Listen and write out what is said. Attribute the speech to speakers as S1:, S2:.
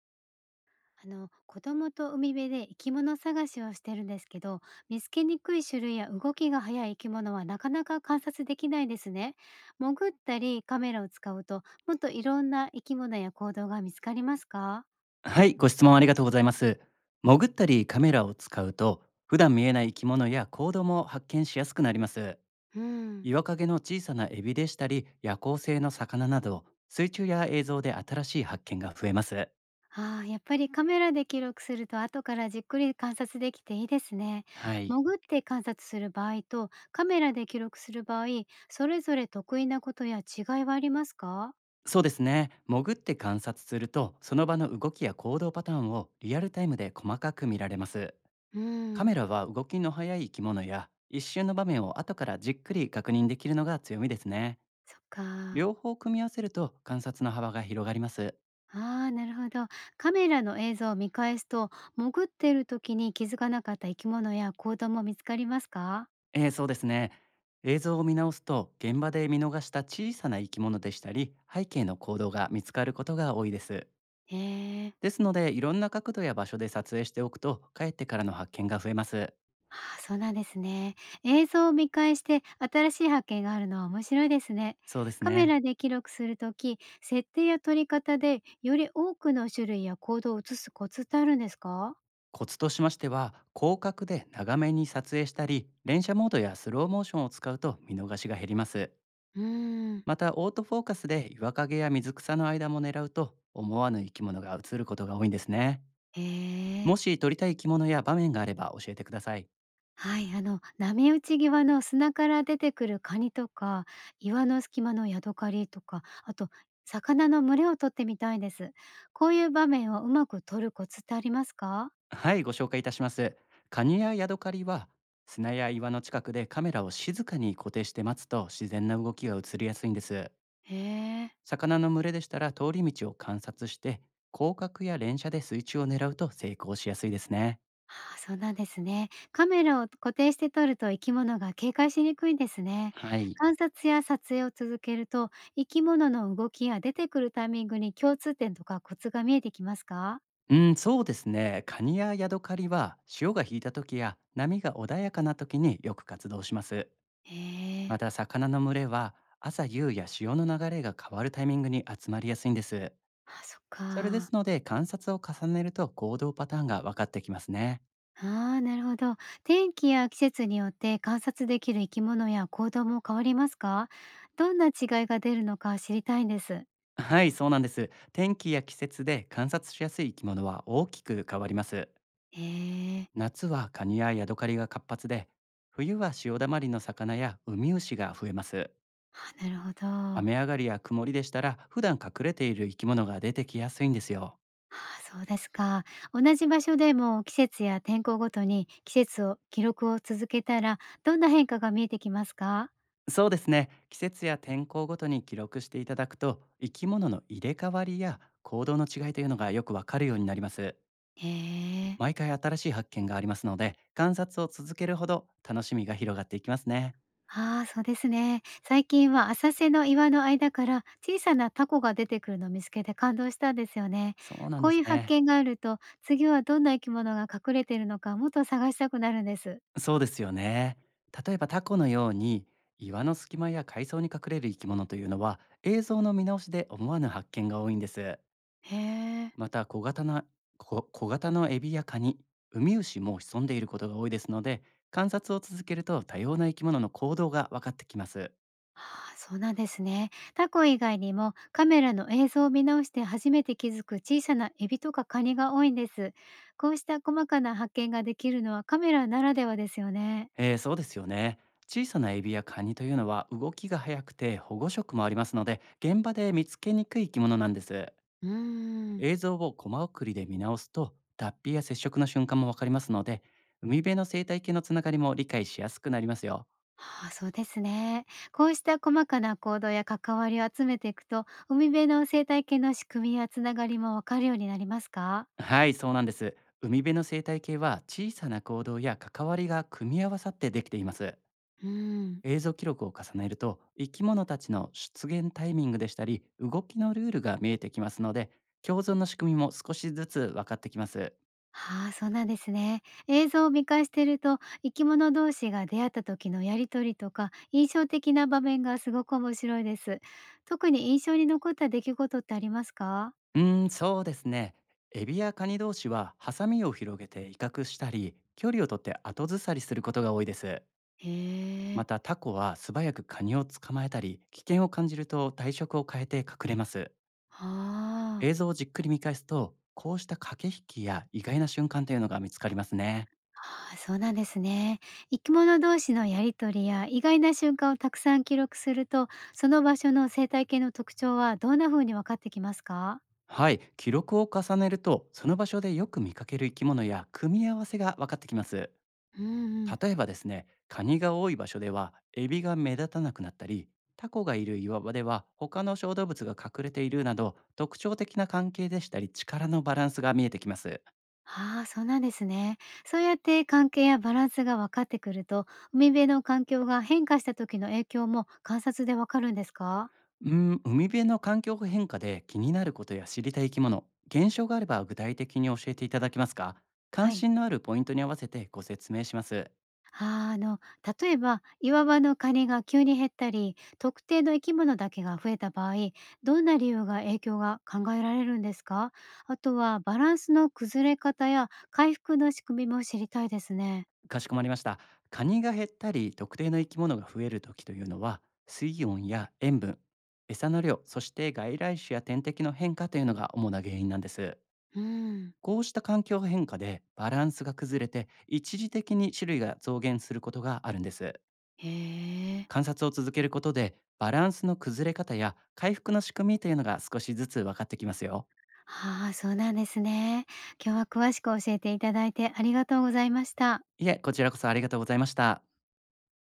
S1: あの、子供と海辺で生き物探しをしてるんですけど、見つけにくい種類や動きが速い生き物はなかなか観察できないですね。潜ったりカメラを使うと、もっといろんな生き物や行動が見つかりますか？
S2: はい、ご質問ありがとうございます。潜ったりカメラを使うと、普段見えない生き物や行動も発見しやすくなります。
S1: うん、
S2: 岩陰の小さなエビでしたり、夜行性の魚など、水中や映像で新しい発見が増えます。
S1: ああ、やっぱりカメラで記録すると後からじっくり観察できていいですね。
S2: はい、
S1: 潜って観察する場合とカメラで記録する場合、それぞれ得意なことや違いはありますか？
S2: そうですね。潜って観察すると、その場の動きや行動パターンをリアルタイムで細かく見られます。
S1: う
S2: カ
S1: ん。
S2: メラは動きの速い生き物や、一瞬の場面を後からじっくり確認できるのが強みですね。
S1: そっか。
S2: 両方組み合わせると観察の幅が広がります。
S1: ああ、なるほど。カメラの映像を見返すと、潜っている時に気づかなかった生き物や行動も見つかりますか？
S2: そうですね。映像を見直すと、現場で見逃した小さな生き物でしたり、背景の行動が見つかることが多いです。
S1: へえ。
S2: ですので、いろんな角度や場所で撮影しておくと、帰ってからの発見が増えます。
S1: ああ、そうなんですね。映像を見返して新しい発見があるのは面白いですね。
S2: そうです
S1: カメ
S2: ね。
S1: ラで記録するとき、設定や撮り方でより多くの種類や行動を映すコツってあるんですか？
S2: コツとしましては、広角で長めに撮影したり、連写モードやスローモーションを使うと見逃しが減ります。
S1: うーん。
S2: また、オートフォーカスで岩陰や水草の間も狙うと、思わぬ生き物が映ることが多いんですね。
S1: へえ。
S2: もし撮りたい着物や場面があれば教えてください。
S1: はい、あの、波打ち際の砂から出てくるカニとか、岩の隙間のヤドカリとか、あと魚の群れを取ってみたいです。こういう場面をうまく撮るコツってありますか？
S2: はい、ご紹介いたします。カニやヤドカリは、砂や岩の近くでカメラを静かに固定して待つと、自然な動きが映りやすいんです。
S1: へえ、
S2: 魚の群れでしたら、通り道を観察して広角や連射で水中を狙うと成功しやすいですね。
S1: ああ、そうなんですね。カメラを固定して撮ると生き物が警戒しにくいんですね。
S2: はい。
S1: 観察や撮影を続けると、生き物の動きや出てくるタイミングに共通点とかコツが見えてきますか？
S2: うん、そうですね。カニやヤドカリは、潮が引いた時や波が穏やかな時によく活動します。
S1: へ
S2: ま
S1: え。
S2: た、魚の群れは朝夕や潮の流れが変わるタイミングに集まりやすいんです。
S1: あ、そっ
S2: それです
S1: か。
S2: ので、観察を重ねると行動パターンが分かってきますね。
S1: ああ、なるほど。天気や季節によって観察できる生き物や行動も変わりますか？どんな違いが出るのか知りたいんです。
S2: はい、そうなんです。天気や季節で観察しやすい生き物は大きく変わります。
S1: ええ。
S2: 夏はカニやヤドカリが活発で、冬は潮だまりの魚やウミウシが増えます。
S1: あ、なるほど。
S2: 雨上がりや曇りでしたら、普段隠れている生き物が出てきやすいんですよ。
S1: ああ、そうですか。同じ場所でも季節や天候ごとに季節を記録を続けたら、どんな変化が見えてきますか？
S2: そうですね。季節や天候ごとに記録していただくと、生き物の入れ替わりや行動の違いというのがよくわかるようになります。
S1: ええ。
S2: 毎回新しい発見がありますので、観察を続けるほど楽しみが広がっていきますね。
S1: ああ、そうですね。最近は浅瀬の岩の間から小さなタコが出てくるのを見つけて感動したんですよね。
S2: そうなん
S1: こ
S2: で
S1: う
S2: す
S1: いう発
S2: ね。
S1: 見があると、次はどんな生き物が隠れているのかもっと探したくなるんです。
S2: そうですよね。例えばタコのように、岩の隙間や海藻に隠れる生き物というのは、映像の見直しで思わぬ発見が多いんです。
S1: へえ。
S2: また、小型のエビやカニ、ウミウシも潜んでいることが多いですので、観察を続けると多様な生き物の行動が分かってきます。
S1: ああ、そうなんですね。タコ以外にもカメラの映像を見直して初めて気づく小さなエビとかカニが多いんです。こうした細かな発見ができるのはカメラならではですよね。
S2: そうですよね。小さなエビやカニというのは、動きが速くて保護色もありますので、現場で見つけにくい生き物なんです。
S1: うーん。
S2: 映像をコマ送りで見直すと、脱皮や接触の瞬間も分かりますので、海辺の生態系のつながりも理解しやすくなりますよ。
S1: ああ、そうですね。こうした細かな行動や関わりを集めていくと、海辺の生態系の仕組みやつながりもわかるようになりますか？
S2: はい、そうなんです。海辺の生態系は、小さな行動や関わりが組み合わさってできています。
S1: うん。
S2: 映像記録を重ねると、生き物たちの出現タイミングでしたり動きのルールが見えてきますので、共存の仕組みも少しずつ分かってきます。
S1: ああ、そうなんですね。映像を見返してると、生き物同士が出会った時のやりとりとか、印象的な場面がすごく面白いです。特に印象に残った出来事ってありますか？
S2: そうですね。エビやカニ同士は、ハサミを広げて威嚇したり、距離を取って後ずさりすることが多いです。
S1: へ
S2: ま
S1: え。
S2: た、タコは素早くカニを捕まえたり、危険を感じると体色を変えて隠れます。
S1: あ
S2: 映
S1: あ。
S2: 像をじっくり見返すと、こうした駆け引きや意外な瞬間というのが見つかりますね。
S1: ああ、そうなんですね。生き物同士のやりとりや意外な瞬間をたくさん記録すると、その場所の生態系の特徴はどんな風に分かってきますか？
S2: はい、記録を重ねると、その場所でよく見かける生き物や組み合わせが分かってきます。
S1: うんうん。
S2: 例えばですね、カニが多い場所ではエビが目立たなくなったり、タコがいる岩場では他の小動物が隠れているなど、特徴的な関係でしたり力のバランスが見えてきます。
S1: ああ、そうなんですね。そうやって関係やバランスが分かってくると、海辺の環境が変化した時の影響も観察でわかるんですか？
S2: 海辺の環境変化で気になることや知りたい生き物、現象があれば具体的に教えていただけますか？関
S1: はい。
S2: 心のあるポイントに合わせてご説明します。
S1: あー、あの、例えば岩場のカニが急に減ったり特定の生き物だけが増えた場合、どんな理由が影響が考えられるんですか？あとはバランスの崩れ方や回復の仕組みも知りたいですね。
S2: かしこまりました。カニが減ったり、特定の生き物が増える時というのは、水温や塩分、餌の量、そして外来種や天敵の変化というのが主な原因なんです。
S1: うん。
S2: こうした環境変化でバランスが崩れて、一時的に種類が増減することがあるんです。
S1: へえ。
S2: 観察を続けることで、バランスの崩れ方や回復の仕組みというのが少しずつ分かってきますよ。
S1: ああ、そうなんですね。今日は詳しく教えていただいてありがとうございました。
S2: いえ、こちらこそありがとうございました。